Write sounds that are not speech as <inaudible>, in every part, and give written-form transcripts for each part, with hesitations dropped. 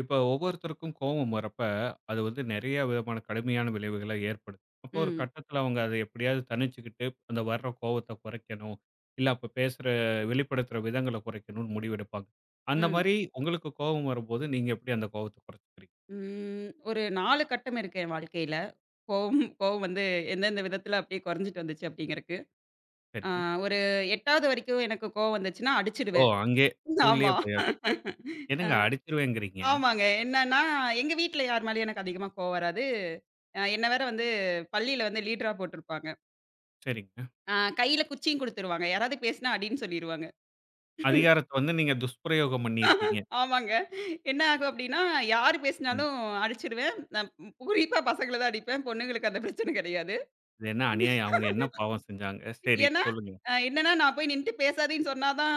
இப்ப ஒவ்வொருத்தருக்கும் கோவம் வரப்ப, அது வந்து நெறைய விதமான கடுமையான விளைவுகள ஏற்படுத்தும். அப்போ ஒரு ம். கட்டத்துல அவங்க அத எப்படியாவது தணிச்சுக்கிட்டு, அந்த வர்ற கோவத்த குறைக்கணும். இல்ல அப்ப பேசுற வெளிப்படுத்துற விதங்கள குறைக்கணும்னு முடிவெடுப்பாங்க. அந்த ம். மாரி உங்களுக்கு கோவம் வரும்போது, நீங்க எப்படி அந்த கோவத்த குறைச்சுக்கிறீங்க? ம். ஒரு 4 கட்டம் இருக்கு என் வாழ்க்கையில. கோவம் கோவம் வந்து எந்தெந்த விதத்தில அப்படியே குறைஞ்சிட்டு வந்துச்சு அப்படிங்கிறக்கு. ஆ சரி. ஒரு 8வது வரைக்கும் எனக்கு கோவம் வந்துச்சுன்னா ஓ! அடிச்சுடுவேன். அங்கே <laughs> ஸ்கூல்லயே ஆமா. போயாச்சு. என்னங்க அடிச்சுருவேங்கிறீங்க. ஆமாங்க. என்னன்னா, எங்க வீட்ல யார் மேலயும் எனக்கு அதிகமா கோவம் வராது. என்ன வந்து பள்ளியில வந்து லீடரா போட்டிருப்பாங்க. சரிங்க. அ கையில குச்சியும் குடுத்துருவாங்க. யாராவது பேசினா அடின்னு சொல்லிருவாங்க. அதிகாரத்த வந்து நீங்க துஷ்பிரயோகம் பண்ணியிருக்கீங்க. ஆமாங்க. என்ன ஆகும் அப்படின்னா, யார் ம். பேசினாலும் அடிச்சுடுவேன். நான் குறிப்பா பசங்கள தான் அடிப்பேன். பொண்ணுங்களுக்கு அந்த பிரச்சனை கிடையாது. இது என்ன அநியாயம்? அவங்க என்ன பாவம் செஞ்சாங்க? சரி, ஏன்னா, சொல்லுங்க. என்னன்னா நான் போய் நின்னுட்டு பேசாதேன்னு சொன்னா தான்,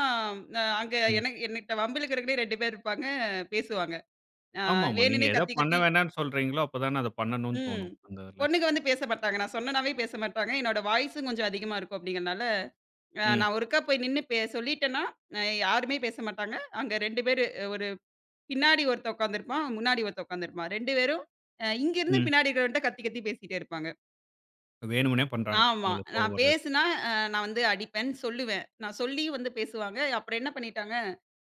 அங்க ம். எனக்கு என்கிட்ட வம்பிழுக்கிறதுக்குன்னே 2 பேர் இருப்பாங்க, பேசுவாங்க. அ ஆமாமா. நீங்க வேணுன்னே எத கத்தி பண்ண கத்தி வேணாம்னு சொல்றீங்களோ, அப்பதானே அத பண்ணணும்னு ம். தோணும். அந்த இதுல. பொண்ணுங்க வந்து பேச மாட்டாங்க. நான் சொன்னேனாவே பேச மாட்டாங்க. என்னோட வாய்ஸும் கொஞ்சம் அதிகமா இருக்கும் அப்படிங்கிறனால, ம், நான் ஒருக்கா போய் நின்னு சொல்லிட்டேன்னா, யாருமே பேச மாட்டாங்க. அங்க 2 பேரு ஒரு பின்னாடி ஒருத்தன் உட்காந்துருப்பான், முன்னாடி ஒருத்தன் உட்காந்துருப்பான். 2 பேரும் இங்கிருந்து ம். பின்னாடி இருக்கிறவன்ட்ட கத்தி கத்தி பேசிட்டே இருப்பாங்க. வேணும்னே பண்றாங்க. ஆமா. உங்களுக்கு கோவம் நான் வர வைக்க. பேசுனா, நான் வந்து அடிப்பேன்னு சொல்லுவேன். நான் சொல்லியும் வந்து பேசுவாங்க. அப்புறம் என்ன பண்ணிட்டாங்க,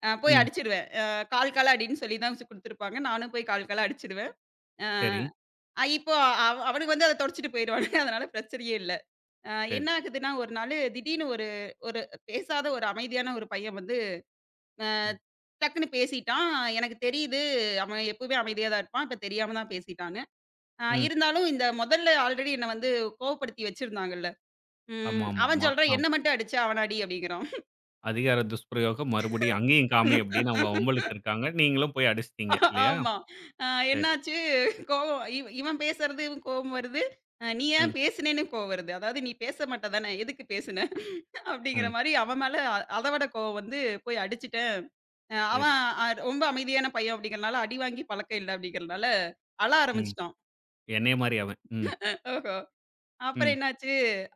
போய் ம். அடிச்சுருவேன். கால் கால் அடின்னு சொல்லி தான் வச்சு குடுத்துருப்பாங்க. நானும் போய் கால் கால் அடிச்சுடுவேன். சரி, இப்போ அவனுக்கு வந்து அத தொடச்சுட்டு போயிருவானுங்க. <laughs> அதனால பிரச்சனையே இல்ல. அ சரி. என்ன ஆகுதுன்னா, ஒரு நாளு திடீர்னு ஒரு ஒரு பேசாத ஒரு அமைதியான ஒரு பையன் வந்து அ ம், டக்குன்னு பேசிட்டான். எனக்கு தெரியுது, அவன் எப்பவுமே அமைதியா தான் இருப்பான். இப்ப தெரியாம தான் பேசிட்டான்னு. ம். இருந்தாலும் இந்த முதல்ல ஆல்ரெடி என்ன வந்து கோவப்படுத்தி வச்சிருந்தாங்கல்ல. ம். அவன் ஆமாமாமா. சொல்றான், ஆம். "என்ன மட்டும் அடிச்ச, அவனடி" அப்படிங்கிறான். அதிகார துஷ்பிரயோகம் மறுபடியும் அங்கேயும் காமி அப்படின்னு அவங்க வம்பிழுத்துருக்காங்க. நீங்களும் போய் அடிச்சிட்டீங்க இல்லையா? ஆமா. அ சரி. என்னாச்சு கோவம் இவன் பேசுறது இவன் கோவம் வருது. "நீ ம், ஏன் பேசுனேன்னு?" கோவம் வருது. அதாவது "நீ பேச மாட்ட தானே, எதுக்கு பேசுன?" அப்படிங்கிற ம். மாரி அவன் மேல அத விட கோவம் வந்து, "போய் அடிச்சுட்டேன்." அ சரி. அவன் அ ரொம்ப அமைதியான பையன் அப்படிங்கிறனால, அடி வாங்கி பழக்கம் இல்ல அப்படிங்கிறனால, ம். ஆரம்பிச்சுட்டான். என்னைய மாரி அவன். ம், ஓஹோ! அப்புறம் ம். என்னாச்சு,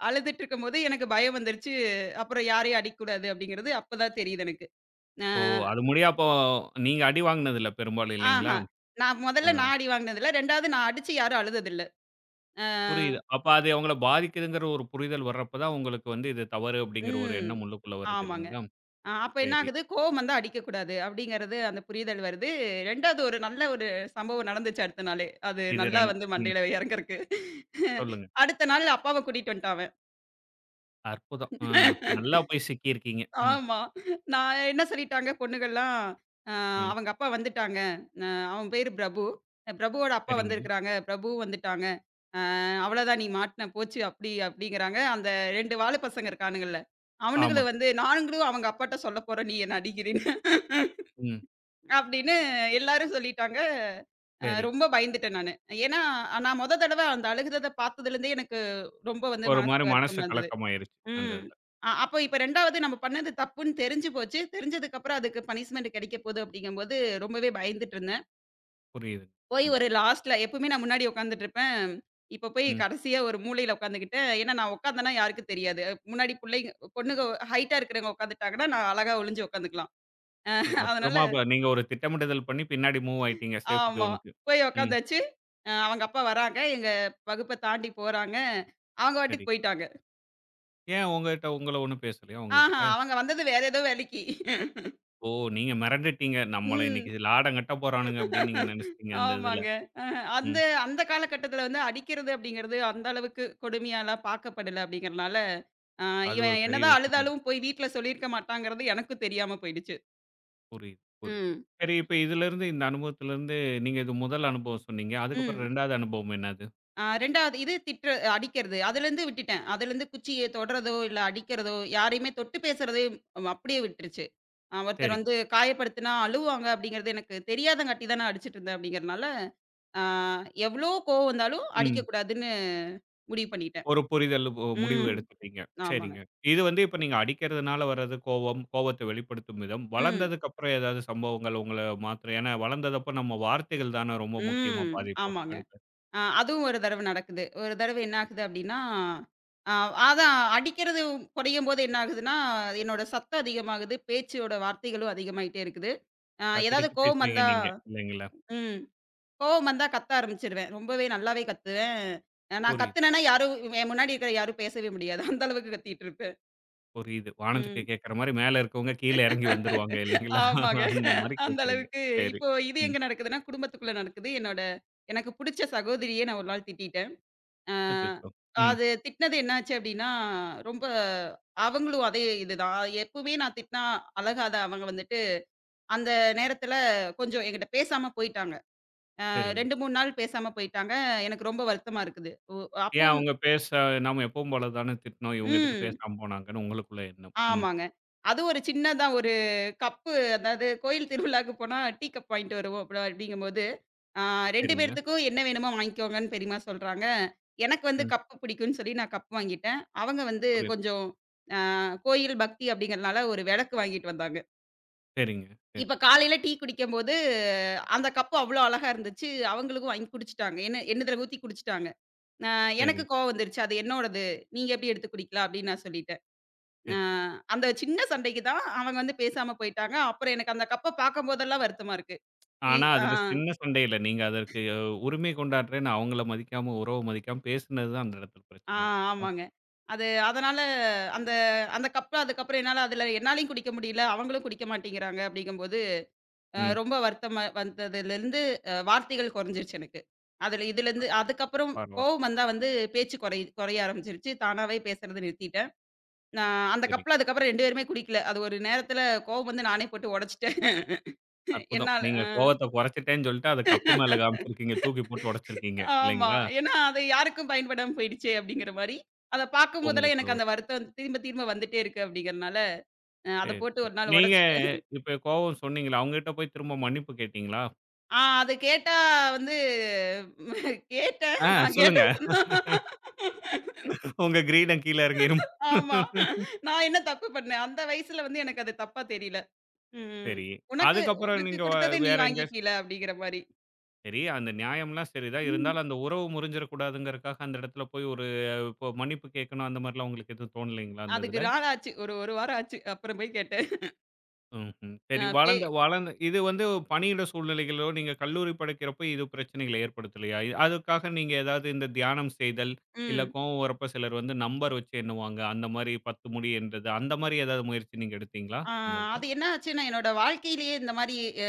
அழுதுட்டு இருக்கும்போது எனக்கு பயம் வந்துருச்சு. அப்புறம் யாரையும் அடிக்கக்கூடாது அப்படிங்கிறது அப்பதான் தெரியுது எனக்கு. அ ஓ! அது முடிய அப்போ நீங்க அடி வாங்குனது இல்ல பெரும்பாலும் இல்லைங்களா? ஆஹா. நான் ஆ. முதல்ல நான் அடி வாங்கினதில்ல. 2வது நான் அடிச்சு யாரும் அழுததில்ல. அ புரியுது. அப்ப அது அவங்கள பாதிக்குதுங்கிற ஒரு புரிதல் வர்றப்ப தான் உங்களுக்கு வந்து இது தவறு அப்படிங்கிற ஒரு ம். எண்ணம் உள்ளுக்குள்ள வருது ஆமாங்க. இல்லைங்களா? அப்ப என்ன சரி. ஆகுது, கோவம் வந்தா அடிக்கக்கூடாது அப்படிங்கிறது அந்த புரிதல் வருது. 2வது ஒரு நல்ல சம்பவம் நடந்துச்சு அடுத்த நாளே. அது இது நல்லா வந்து 2 ம். மண்டையில இறங்கறக்கு. சொல்லுங்க. அடுத்த நாள் அப்பாவ கூட்டிட்டு வந்துட்டான் அவன். அற்புதம். நல்லா போய் சிக்கியிருக்கீங்க. ம், ஆமா. நான் என்ன சொல்லிட்டாங்க பொண்ணுங்கள்லாம், அ ம். அவங்க அப்பா வந்துட்டாங்க. அ அவன் பேரு பிரபு. பிரபுவோட அப்பா சரிங்க. வந்திருக்கிறாங்க. பிரபுவும் வந்துட்டாங்க. அவ்வளதான் நீ மாட்டுன போச்சு அப்படி அப்படிங்கிறாங்க. அந்த 2 வால பசங்க இருக்கானுங்கல்ல. அவனுங்கள ஆமாங்க. வந்து நானுங்களும் அவங்க அப்பாட்ட சொல்ல போறேன் நீ என்ன அடிக்கிறேன்னு. <laughs> ம். அப்படின்னு எல்லாரும் சொல்லிட்டாங்க. சரி. ரொம்ப பயந்துட்டேன் நானு. ஏன்னா நான் மொத தடவ அந்த அழுகுறத பார்த்ததுலேருந்தே எனக்கு ரொம்ப வந்து ஒரு மனசு மாரி மனசு வருத்தமா இருந்தது. கலக்கமாயிருச்சு. அந்த ம். இதுல. அப்போ இப்ப 2வது நம்ம பண்ணது தப்புன்னு தெரிஞ்சு போச்சு. தெரிஞ்சதுக்கப்புறம் அதுக்கு பனிஷ்மென்ட் கிடைக்க போகுது அப்படிங்கும்போது ரொம்பவே பயந்துட்டு இருந்தேன். புரியுது. போய் ம், ஒரு லாஸ்ட்ல எப்பவுமே நான் முன்னாடி உட்காந்துட்டுருப்பேன். இப்ப போய் ம், கடைசியா ஒரு மூலையில உட்காந்துக்கிட்டேன். ஏன்னா நான் உட்காந்தேன்னா யாருக்கும் தெரியாது. முன்னாடி பொண்ணுங்க ஹைட்டா இருக்கிறவங்க உட்காந்துட்டாங்கன்னா, நான் அழகா ஒளிஞ்சு உட்காந்துக்கலாம். ம். <laughs> அதனால அற்புதமா அப்ப நீங்க ஒரு திட்டமிடுதல் பண்ணி பின்னாடி மூவ் ஆயிட்டீங்க சேஃப் ஆமா. ஜோனுக்கு. போய் ம். உட்காந்தாச்சு. அவங்க அப்பா வராங்க. எங்க வகுப்ப தாண்டி போறாங்க. அவங்க சரி. பாட்டுக்கு போயிட்டாங்க. ஏன் உங்ககிட்ட உங்கள ஒண்ணும் பேசலையா ஆஹா! உங்ககிட்ட? அவங்க வந்தது வேற ஏதோ வேலைக்கு. <laughs> ஓ! நீங்க மிரண்டுட்டீங்க. நம்மள ம். இன்னைக்கு லாடம் கட்ட போறானுங்க அப்படின்னு நீங்க நினைச்சிட்டீங்க அந்த இதுல. ஆமாங்க. அந்த ம். அந்த காலகட்டத்தில வந்து அடிக்கிறது அப்படிங்கிறது அந்த அளவுக்கு கொடுமையாலாம் பார்க்கப்படல அப்படிங்கிறனால, அ அது ஒரு இவன் பெரிய என்னதான் விஷயம். அழுதாலும் போய் வீட்ல சொல்லியிருக்க மாட்டாங்கிறது எனக்கும் தெரியாம போயிடுச்சு. புரியுது, புரியுது. ம். சரி இப்ப இதிலிருந்து இந்த அனுபவத்திலிருந்து நீங்க இது முதல் அனுபவம் சொன்னீங்க. அதுக்கப்புறம் ம். 2வது அனுபவம் என்னது? 2வது இது திட்ற அடிக்கிறது. அதுலேருந்து விட்டுட்டேன். அதுலேருந்து குச்சிய தொடுறதோ, இல்ல அடிக்கிறதோ, யாரையுமே தொட்டு பேசுறதே அப்படியே விட்டுருச்சு. ஒருத்தர் சரிங்க. வந்து காயப்படுத்தினா அழுவாங்க அப்படிங்கிறது எனக்கு தெரியாதங்காட்டி தான் நான் அடிச்சுட்டு இருந்தேன் அப்படிங்கிறனால, அ எவ்வளோ கோவம் வந்தாலும் ம். அடிக்கக்கூடாதுன்னு முடிவு பண்ணிட்டேன். ஒரு புரிதல் முடிவு ம். எடுத்துட்டீங்க. ஆமாங்க. சரிங்க. இது வந்து இப்ப நீங்க அடிக்கிறதுனால வர்றது கோவம், கோவத்த வெளிப்படுத்தும் விதம். ம். வளர்ந்ததுக்கு அப்புறம் ஏதாவது சம்பவங்கள் உங்கள மாத்துற ஏன்னா வளர்ந்ததப்ப நம்ம வார்த்தைகள் தான ரொம்ப முக்கியமா ம். பாதிப்போம். ஆமாங்க. அடுத்து அதுவும் ஒரு தடவ நடக்குது. ஒரு தடவ என்ன ஆகுது அப்டின்னா, அ அதான் அடிக்கிறது குறையும்போது என்ன ஆகுதுன்னா, என்னோட சத்தம் அதிகமாகுது. பேச்சோட வார்த்தைகளும் அதிகமாயிட்டே இருக்குது. கத்தி ஏதாவது கத்தி கோவம் பேசுறீங்க வந்தா நீங்க இல்லைங்களா? ம். கோவம் வந்தா கத்த ஆரம்பிச்சுருவேன். ரொம்பவே நல்லாவே கத்துவேன். நான் புரியுது, கத்துனேன்னா யாரும் என் முன்னாடி இருக்கிற யாரும் பேசவே முடியாது. அந்த அளவுக்கு கத்திட்டு இருப்பேன். புரியுது. வானத்துக்கு ம். கேட்கிற மாரி மேல இருக்கவங்க கீழ இறங்கி வந்துருவாங்க இல்லைங்களா? ஆமாங்க. அந்த மாரி அந்த கேட்கிறீங்க. அளவுக்கு சரி. இப்போ இது ம். எங்க நடக்குதுன்னா, குடும்பத்துக்குள்ள நடக்குது. எனக்கு புடிச்ச சகோதரியே நான் ஒரு நாள் திட்டிட்டேன். அ அச்சச்சோ! ம். அது திட்டினது என்னாச்சு அப்படின்னா, ரொம்ப அவங்களும் அதே இதுதான். எப்பவுமே நான் திட்டினா அழகாத அவங்க வந்துட்டு, அந்த நேரத்தில கொஞ்சம் என்கிட்ட பேசாம போயிட்டாங்க. சரிங்க. 2, 3 நாள் பேசாம போயிட்டாங்க. எனக்கு ரொம்ப வருத்தமா இருக்குது. ஒ ஏன் அப்பவும் அவங்க பேச நாம எப்பவும் போல தானே திட்டினோம். இவங்க எதுக்கு ம். பேசாம போனாங்கன்னு உங்களுக்குள்ள எண்ணம். ம். ஆமாங்க. அது ஒரு சின்னதா ஒரு கப்பு அதாவது கோயில் திருவிழாவுக்கு போனா டீ கப் வாங்கிட்டு வருவோம் அப்படி அப்படிங்கும்போது, ஆ 2 சரிங்க. பேர்த்துக்கும் என்ன வேணுமோ வாங்கிக்கோங்கன்னு பெரியம்மா சொல்றாங்க. எனக்கு வந்து ம். கப்பு பிடிக்கும்னு சொல்லி நான் கப் வாங்கிட்டேன். அவங்க வந்து புரியுது. கொஞ்சம் ஆ கோயில் பக்தி அப்படிங்கிறனால ஒரு விளக்கு வாங்கிட்டு வந்தாங்க. சரிங்க. சரி, இப்ப காலையில டீ குடிக்கும்போது அந்த கப்பு அவ்வளோ அழகா இருந்துச்சு. அவங்களுக்கும் வாங்கி குடிச்சுட்டாங்க. என்னதுல ஊத்தி குடிச்சுட்டாங்க. ஆ சரி, எனக்கு கோவம் வந்துருச்சு. அது என்னோடது. நீங்க எப்படி எடுத்து குடிக்கலாம் அப்படின்னு நான் சொல்லிட்டேன். அ சரி. அந்த சின்ன சண்டைக்கு தான் அவங்க வந்து பேசாம போயிட்டாங்க. அப்புறம் எனக்கு அந்த கப்ப பார்க்கும்போதெல்லாம் வருத்தமா இருக்கு. இ ஆனா ஆ, அதுல சின்ன சண்டையில நீங்க அதற்கு உரிமை கொண்டாடுறேன்னு அவங்கள மதிக்காம, உறவ மதிக்காம பேசினது தான் அந்த இடத்துல ஆ பிரச்சனை இல்ல. ஆமாங்க. அது அதனால அந்த அந்த கப்ப அதுக்கப்புறம் என்னாலயும் குடிக்க முடியல. அவங்களும் குடிக்க மாட்டேங்கிறாங்க அப்படிங்கும்போது, ம். ரொம்ப வருத்தமா வந்ததுலருந்து வார்த்தைகள் குறைஞ்சிருச்சு எனக்கு. இதுலருந்து அதுக்கப்புறம் பரவால்ல. கோவம் வந்தா வந்து பேச்சு குறைய ஆரம்பிச்சிருச்சு. தானாவே பேசுறத நிறுத்திட்டேன். நான் அந்த சரி. கப்ல அதுக்கப்புறம் 2 பேருமே குடிக்கல. அது ஒரு நேரத்துல கோவம் வந்து நானே போட்டு உடைச்சுட்டேன். <laughs> அற்புதம். என்னால நீங்க அ. கோவத்த குறைச்சிட்டேன்னு சொல்லிட்டு அத கப்பு மேல காமிச்சிருக்கீங்க. தூக்கி போட்டு உடைச்சிருக்கீங்க. ஆமா. இல்லைங்களா? ஏன்னா, அது யாருக்கும் பயன்படாம போயிடுச்சே அப்படிங்கிற மாரி. அத பார்க்கும்போதெல்லாம் உங்களுக்குள்ள எனக்கு ஒரு அந்த வருத்தம் திரும்ப திரும்ப வந்துட்டே இருக்கு அப்படிங்கிறனால, அத சரி, போட்டு சரி. ஒரு நாள் நீங்க உடைச்சுட்டேன். இப்ப கோவம் சொன்னீங்கல்ல, அவங்ககிட்ட போய் திரும்ப மன்னிப்பு கேட்டீங்களா? ஆ அது கேட்டா வந்து உம், கேட்டேன். ஆ நான் சொல்லுங்க. கேட்டது தான் உங்க கிரீடம் கீழ இறங்கிருமா? ஆமா. நான் என்ன தப்பு பண்ணேன்? அந்த வயசுல வந்து எனக்கு அது தப்பா தெரியல. ம். சரி. உனக்கு அதுக்கப்புறம் உனக்கு நீங்க குடுத்தத நீ வேற எங்கேயாச்சு வாங்கிட்டீல அப்படிங்கிற மாரி. சரி, அந்த நியாயம்லாம் சரிதான். இருந்தாலும் அந்த உறவு முறிஞ்சிற கூடாதுங்கிறதுக்காக அந்த இடத்துல போய் ஒரு இப்போ மன்னிப்பு கேட்கணும் அந்த மாரிலாம் உங்களுக்கு எதுவும் தோணலைங்களா அந்த அதுக்கு இதுல? நாள் ஆச்சு. ஒரு 1 வாரம் ஆச்சு. அப்புறம் போய் கேட்டேன். ம்ஹ்ம். அ சரி பே வளர்ந்த வளர்ந்த இது வந்து பணியிட சூழ்நிலைகளோ, நீங்க கல்லூரி படிக்கிறப்போ இது பிரச்சனைகள ஏற்படுத்தலையா? அதுக்காக நீங்க ஏதாவது இந்த தியானம் செய்தல், இல்ல ம். கோவம் வரப்ப சிலர் வந்து நம்பர் வச்சு எண்ணுவாங்க. அந்த மாரி 10 முடி எண்றது, அந்த மாரி ஏதாவது முயற்சி நீங்க எடுத்தீங்களா? ஆ இந்த இதுல? அது என்ன ஆச்சுன்னா, என்னோட வாழ்க்கையிலேயே இந்த மாரி அ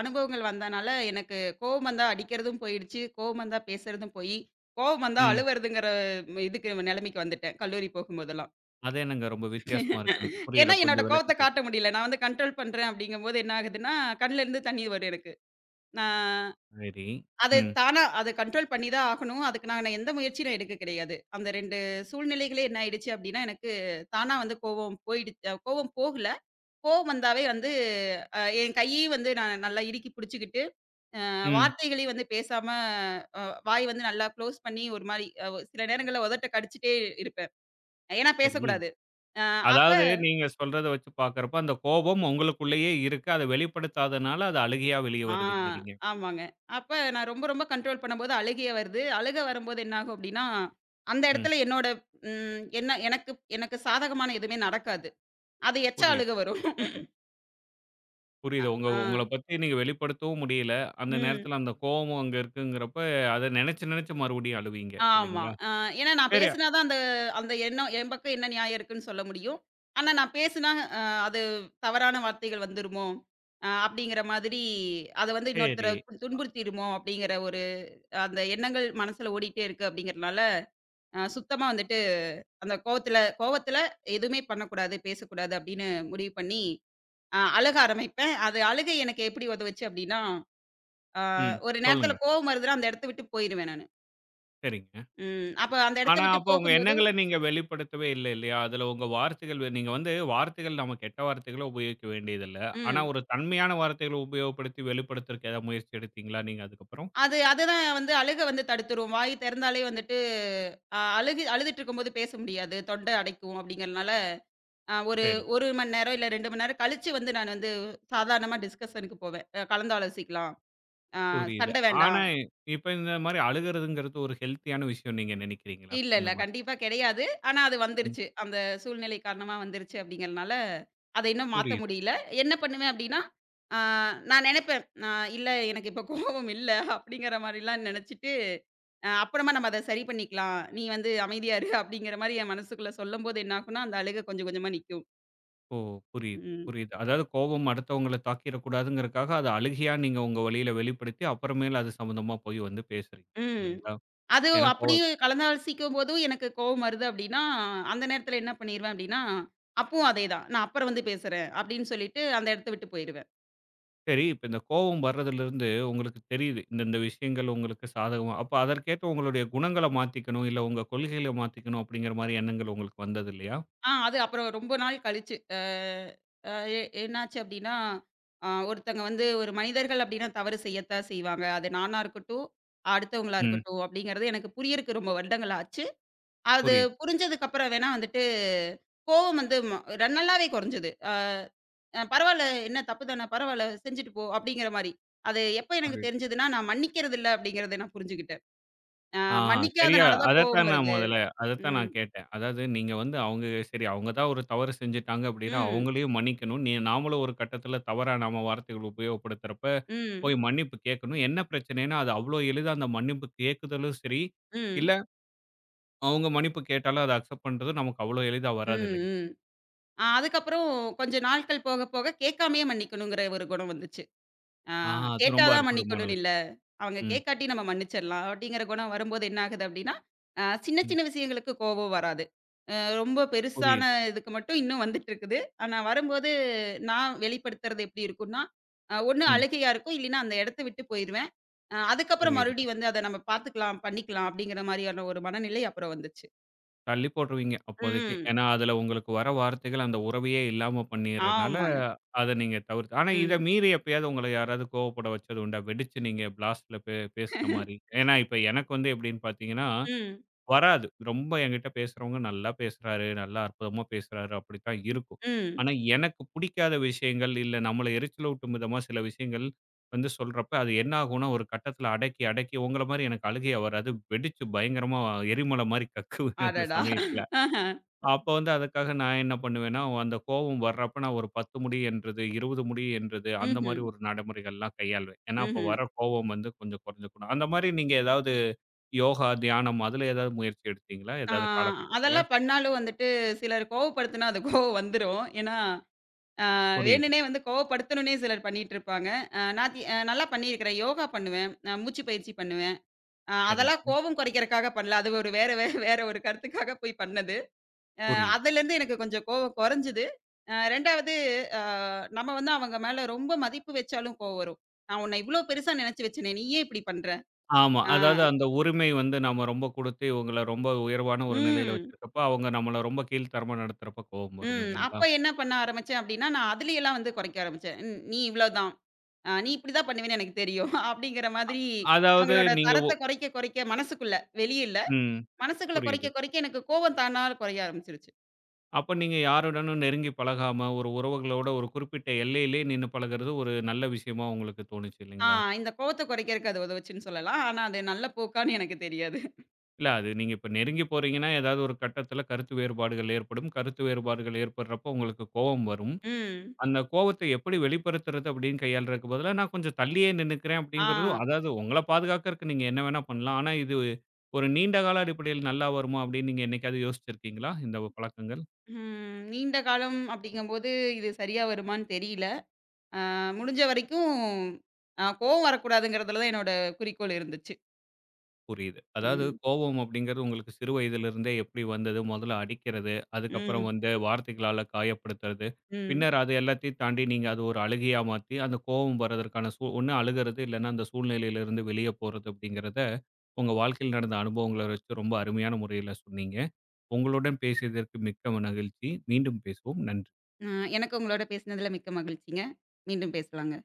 அனுபவங்கள் வந்தனால, எனக்கு கோவம் வந்தா அடிக்கிறதும் போயிடுச்சு. கோவம் வந்தா பேசுறதும் போயி, கோவம் வந்தா ம். அழுவுறதுங்கிற ம், இதுக்கு நெலைமைக்கு வந்துட்டேன், கல்லூரி போகும்போதெல்லாம். அது என்னங்க ரொம்ப வித்தியாசமா இருக்கு. எனக்கு புரியல. ஏன்னா, என்னோட கொஞ்சம் விளக்கி கோவத்த சொல் காட்ட முடியல. நான் வந்து கண்ட்ரோல் பண்றேன் அப்படிங்கும்போது என்ன ஆகுதுன்னா, கண்லேருந்து தண்ணீ வரும் எனக்கு. நான் சரி. அது ம். தானா அத கண்ட்ரோல் பண்ணி தான் ஆகணும். அதுக்கு நான் எந்த முயற்சியும் எடுக்க கிடையாது. அந்த 2 சூழ்நிலைகளே என்ன ஆயிடுச்சு அப்படின்னா, எனக்கு தானா வந்து கோவம் போகல. கோவம் வந்தாவே வந்து என் கையையும் வந்து நான் நல்லா இறுக்கி பிடிச்சுக்கிட்டு, ம். வார்த்தைகளையும் வந்து பேசாம அ வாய் வந்து நல்லா க்ளோஸ் பண்ணி ஒரு மாரி சில நேரங்கள்ல உதட்ட கடிச்சிட்டே இருப்பேன். ஏன்னா சரி. பேசக்கூடாது. அ அப்ப அதாவது நீங்க சொல்றத வச்சு பார்க்கிறப்ப, அந்த கோபம் உங்களுக்குள்ளேயே இருக்கு. அத வெளிப்படுத்தாதனால, அது அழுகையா வெளிய ஆ வருதுங்கிறீங்க. ஆமாங்க. அப்ப நான் ரொம்ப ரொம்ப கண்ட்ரோல் பண்ணும்போது அழுகையே வருது. அழுகை வரும்போது என்ன ஆகும் அப்டின்னா, அந்த ம். இடத்துல என்னோட ம் என்ன எனக்கு எனக்கு சாதகமான எதுவுமே நடக்காது. அது அழுகை புரியுது, வரும். அ புரியுது. உங்க ஆ. உங்கள பத்தி நீங்க வெளிப்படுத்தவும் முடியல. அந்த ம். நேரத்துல அந்த கோவமும் அங்க இருக்குங்கிறப்ப, அத நெனச்சு நெனச்சு மறுபடியும் அழுவீங்க. ஆமா. இல்லைங்களா? ஏன்னா நான் சரி, பேசினா தான் அந்த அந்த எண்ணம் என் பக்கம் என்ன நியாயம் இருக்குன்னு சொல்ல முடியும். ஆனா நான் பேசினா அ அது தவறான வார்த்தைகள் வந்துருமோ! அப்படிங்கிற மாதிரி அத வந்து இன்னொருத்தர சரி. துன்புறுத்திருமோ! அப்படிங்கிற ஒரு அந்த எண்ணங்கள் மனசுல ஓடிட்டே இருக்கு அப்படிங்கிறனால, சுத்தமா வந்துட்டு அந்த கோவத்துல கோவத்துல எதுவுமே பண்ணக்கூடாது, பேசக்கூடாது அப்படின்னு முடிவு பண்ணி, அழுக ஆரம்பிப்பேன். அது அழுகை எனக்கு எப்படி உதவுச்சு அப்படின்னா, அ ம். ஒரு சொல்லுங்க. நேரத்துல கோவம் வருதுன்னா அந்த இடத்த விட்டு போயிருவேன் நானு. சரிங்க. ம். அப்ப அந்த இடத்த ஆனா, விட்டு அப்ப உங்க போகும்போது எண்ணங்கள நீங்க வெளிப்படுத்தவே இல்ல இல்லையா? அதுல உங்க வார்த்தைகள் நீங்க வந்து வார்த்தைகள் நம்ம கெட்ட வார்த்தைகள உபயோகிக்க வேண்டியதில்ல. ஆனா, ம். ஒரு தன்மையான வார்த்தைகள உபயோகப்படுத்தி வெளிப்படுத்துறக்கு ஏதாவது முயற்சி எடுத்தீங்களா நீங்க அதுக்கப்புறம்? அது அதுதான் வந்து அழுக வந்து தடுத்துரும். வாய் திறந்தாலே வந்துட்டு அ அழுகு அழுதுட்டுருக்கும்போது பேச முடியாது. தொண்டை அடைக்கும் அப்படிங்கிறனால, ஒரு சரி, 1 மணி நேரம் இல்ல 2 மணி நேரம் கழிச்சு வந்து நான் வந்து சாதாரணமா டிஸ்கஷனுக்கு போவேன். கலந்தாலோசிக்கலாம். அ புரியுது. சண்டை ஆனா, வேண்டாம். இப்ப இந்த மாரி அழுகுறதுங்கிறது ஒரு ஹெல்த்தியான விஷயம் நீங்க நினைக்கிறீங்களா? இந்த இல்ல. மாரி. கண்டிப்பா கிடையாது. ஆனா அது ம். வந்துருச்சு. அந்த சூழ்நிலை காரணமா வந்துருச்சு அப்படிங்கிறனால, அத இன்னும் மாத்த புரியுது. முடியல. என்ன பண்ணுவேன் அப்படின்னா, அ நான் நெனைப்பேன். இல்ல எனக்கு இப்போ கோவம் இல்ல அப்படிங்கிற மாரிலாம் நெனைச்சிட்டு அப்புறமா நம்ம அத சரி பண்ணிக்கலாம். நீ வந்து அமைதியா இரு அப்படிங்கிற மாரி என் மனசுக்குள்ள சொல்லும்போது என்ன ஆகும்னா, அந்த அழுகை கொஞ்சம் கொஞ்சமா நிக்கும். ஓ! புரியுது, ம். புரியுது. அதாவது கோபம் அடுத்தவங்கள தாக்கிறக்கூடாதுங்கிறக்காக, அத அழுகையா நீங்க உங்க வழியில வெளிப்படுத்தி, அப்புறமேல் அது சம்மந்தமா போய் வந்து பேசுறீங்க. ம். இல்லைங்களா? அது ஏன்னா கோவ அப்படியும் கலந்தாலோசிக்கும்போதும் எனக்கு கோவம் வருது அப்படின்னா, அந்த நேரத்தில என்ன பண்ணிருவேன் அப்படின்னா, அப்பவும் அதேதான். நான் அப்புறம் வந்து பேசுறேன் அப்படின்னு சொல்லிட்டு அந்த இடத்த விட்டு போயிருவேன். சரி, இப்ப இந்த கோவம் வர்றதுலருந்து உங்களுக்கு தெரியுது. இந்தந்த விஷயங்கள் உங்களுக்கு சாதகமா அப்ப அதற்கேற்ப உங்களுடைய குணங்கள மாத்திக்கணும், இல்ல உங்க கொள்கைகள மாத்திக்கணும் அப்படிங்கிற மாரி எண்ணங்கள் உங்களுக்கு வந்தது இல்லையா? அது அப்புறம் ரொம்ப நாள் கழிச்சு. அ அ எ என்னாச்சு அப்படின்னா, ஒரு மனிதர்கள் அப்படின்னா தவறு செய்யத்தான் செய்வாங்க. அது நானா இருக்கட்டும், அடுத்தவங்களா ம். இருக்கட்டும் அப்படிங்கிறது எனக்கு புரியறக்கு ரொம்ப வருடங்கள் ஆச்சு. அது புரியுது, புரிஞ்சதுக்கு அப்புறம் வேணா வந்துட்டு கோவம் வந்து நல்லாவே குறைஞ்சது. பரவால்ல என்ன தப்பு தான, பரவால்ல செஞ்சுட்டு போ அப்படிங்கிற மாரி. அது எப்ப எனக்கு புரியுது. தெரிஞ்சதுன்னா, நான் மன்னிக்கிறது இல்ல அப்படிங்கிறத நான் புரிஞ்சுகிட்டேன். அ ஆ சரியா மன்னிக்காதனால தான் கோவம் வருது. அதத்தான் ம், நான் கேட்டேன். அதாவது நீங்க வந்து அவங்க சரி அவங்க தான் ஒரு தவறு செஞ்சுட்டாங்க அப்படின்னா, ம், அவங்களையும் மன்னிக்கணும். நீ நாமளும் ஒரு கட்டத்தில தவறா நாம வார்த்தைகள் உபயோகப்படுத்துறப்ப, ம், போய் மன்னிப்பு கேட்கணும். என்ன பிரச்சனைன்னா, அது அவ்வளோ எளிதா அந்த மன்னிப்பு கேட்குதலும் சரி, இல்ல ம், அவங்க மன்னிப்பு கேட்டாலும் அத அக்செப்ட் பண்றது நமக்கு அவ்வளோ எளிதா வராது ம், இல்லைங்க. ம். அதுக்கப்புறம் கொஞ்ச நாட்கள் போக போக கேட்காமயே மன்னிக்கணுங்கிற ஒரு குணம் வந்துச்சு. அ ஆ அது கேட்டா ரொம்ப தான் அற்புதமான மன்னிக்கணும்னு இல்ல. விஷயம். அவங்க ம், கேட்காட்டி நம்ம மன்னிச்சிடலாம் அப்படிங்கிற குணம் வரும்போது என்ன ஆகுது அப்படின்னா, சின்ன ம். சின்ன விஷயங்களுக்கு கோபம் வராது. அ ரொம்ப பெருசான புரியுது. இதுக்கு மட்டும் இன்னும் வந்துட்டு இருக்குது. ஆனா வரும்போது நான் வெளிப்படுத்துறது எப்படி இருக்கும்னா, ஒண்ணு ம். அழுகையா இருக்கும். இல்லைன்னா அந்த இடத்த விட்டு போயிருவேன். அதுக்கப்புறம் புரியுதுங்க. மறுபடியும் வந்து அத நம்ம பார்த்துக்கலாம், பண்ணிக்கலாம் அப்படிங்கிற மாரியான ஒரு மனநிலை அப்புறம் வந்துச்சு. தள்ளி போட்டுருவீங்க அப்போதைக்கு. ம். ஏன்னா, அதுல உங்களுக்கு வர வார்த்தைகள் அந்த உறவையே இல்லாம பண்ணிர்றனால, ஆமாங்க. அத நீங்க தவிர்த்து ஆனா இத ம். மீறி எப்பயாவது உங்கள யாராவது கோவப்பட வச்சது உண்டா? வெடிச்சு நீங்க பிளாஸ்ட்ல பேசுன மாரி. ஏன்னா, இப்ப எனக்கு வந்து எப்படின்னு பார்த்தீங்கன்னா ம். வராது. ரொம்ப என்கிட்ட பேசுறவங்க நல்லா பேசுறாரு, நல்லா அற்புதமா பேசுறாரு அப்படித்தான் இருக்கும். ம். ஆனா எனக்கு பிடிக்காத விஷயங்கள், இல்ல நம்மள எரிச்சல ஊட்டும் விதமா சில விஷயங்கள் வந்து சொல்றப்ப, அது என்ன ஆகும்னா ஒரு கட்டத்தில அடக்கி, அடக்கி உங்கள மாரி எனக்கு அழுகையா வராது. வெடிச்சு பயங்கரமா எரிமலை மாரி கக்குவேன் <laughs> அந்த அடடா! சமயத்தில. ஆஹ. அப்ப வந்து அதுக்காக நான் என்ன பண்ணுவேன்னா, அந்த கோபம் வர்றப்ப நான் ஒரு 10 முடி என்றது, 20 முடி என்றது அந்த ம்ஹ்ம். மாரி ஒரு நடைமுறைகள்லாம் கையாளுவேன். ஏன்னா அப்ப ம்ஹ்ம். வர கோபம் வந்து கொஞ்சம் குறைஞ்சுக்கணும். அந்த மாரி நீங்க ஏதாவது யோகா, தியானம் அதுல ஏதாவது முயற்சி எடுத்தீங்களா? ஆ ஏதாவது காலகட்டத்துல? அதெல்லாம் பண்ணாலும் வந்துட்டு சிலர் கோவப்படுத்துனா அது கோவம் வந்துரும். ஏன்னா, புரியுது. வேணும்னே வந்து கோவப்படுத்தணும்னே சிலர் பண்ணிட்டுருப்பாங்க. அ நான் தி அ நல்லா பண்ணியிருக்கிறேன். யோகா பண்ணுவேன். மூச்சு பயிற்சி பண்ணுவேன். அதெல்லாம் சரிங்க. கோவம் குறைக்கிறக்காக பண்ணல. அது ஒரு வேற ஒரு கருத்துக்காக போய் பண்ணது. அ புரியுது. அதுலேருந்து எனக்கு கொஞ்சம் கோவம் குறைஞ்சது. 2வது அ நம்ம வந்து அவங்க மேல ரொம்ப மதிப்பு வச்சாலும் கோவம் வரும். "நான் உன்ன இவ்ளோ பெருசா நினைச்சு வச்சேனே! நீ ஏன் இப்டி பண்ற?" ஆமா. ஆ. அதாவது அந்த உரிமை வந்து நாம ரொம்ப குடுத்து, இவங்கள ரொம்ப உயர்வான ஒரு நிலையில ம். வச்சிருக்கப்ப, அவங்க நம்மள ரொம்ப கீழ்த்தரமா நடத்துறப்ப கோவம் வரும் ம். இல்லைங்களா? அப்ப என்ன பண்ண ஆரம்பிச்சேன் அப்டின்னா, நான் அதுலயெல்லாம் வந்து குறைக்க ஆரம்பிச்சேன். "ன் நீ இவ்ளோதான். நீ இப்டிதான் பண்ணுவேன்னு எனக்கு தெரியும்." <laughs> அப்டிங்கிற மாதிரி அதாவது அவங்களோட நீங்க ஒ தரத்த குறைக்க குறைக்க மனசுக்குள்ள, வெளிய இல்ல. ம். மனசுக்குள்ள புரியுது. குறைக்க குறைக்க எனக்கு கோவம் தானா குறைய ஆரம்பிச்சுருச்சு. அப்ப நீங்க யாருடனும் நெருங்கி பழகாம, ஒரு உறவுகளோட ஒரு குறிப்பிட்ட எல்லையிலே நின்னு பழகுறது ஒரு நல்ல விஷயமா உங்களுக்கு தோணுச்சு ஆ இல்லைங்களா? இந்த கோவத்த குறைக்கிறதுக்கு அது உதவுச்சுன்னு சொல்லலாம். ஆனா அது நல்ல போக்கான்னு எனக்கு தெரியாது. இல்ல அது நீங்க இப்ப நெருங்கி போறீங்கன்னா, ஏதாவது ஒரு கட்டத்துல கருத்து வேறுபாடுகள் ஏற்படும். கருத்து வேறுபாடுகள் ஏற்படுறப்போ உங்களுக்கு கோவம் வரும். ம். அந்த கோவத்த எப்படி வெளிப்படுத்துறது அப்படின்னு கையாள்றதுக்கு பதிலா, நான் கொஞ்சம் தள்ளியே நின்னுக்கிறேன் ஆ. அப்படிங்கிறதும் அதாவது உங்கள பாதுகாக்கறக்கு நீங்க என்ன வேணா பண்ணலாம். ஆனா இது ஒரு நீண்ட கால அடிப்படையில் நல்லா வருமா அப்படின்னு நீங்க என்னைக்காவது யோசிச்சிருக்கீங்களா? இந்த பழக்கங்கள். ம். நீண்ட காலம் அப்டிங்கும்போது இது சரியா வருமான்னு தெரியல. அ முடிஞ்ச வரைக்கும் கோவம் வரக்கூடாதுங்கிறதுல தான் என்னோட குறிக்கோள் இருந்துச்சு. புரியுது. அதாவது ம். கோபம் அப்படிங்கிறது உங்களுக்கு சிறு வயதிலிருந்தே எப்படி வந்தது? முதல்ல அடிக்கிறது, அதுக்கப்புறம் ம். வந்து வார்த்தைகளால காயப்படுத்துறது, ம். பின்னர் அது எல்லாத்தையும் தாண்டி நீங்க அது ஒரு அழுகையா மாத்தி, அந்த கோபம் வரதற்கான ஒண்ணு அழுகிறது இல்லன்னா அந்த சூழ்நிலையிலிருந்து வெளிய போறது அப்படிங்கிறத, உங்க வாழ்க்கையில் நடந்த அனுபவங்கள வச்சு ரொம்ப அருமையான முறையில சொன்னீங்க. உங்களுடன் பேசியதற்கு மிக்க மகிழ்ச்சி. மீண்டும் பேசுவோம். நன்றி. அ எனக்கு உங்களோட பேசினதுல மிக்க மகிழ்ச்சிங்க. மீண்டும் பேசலாங்க.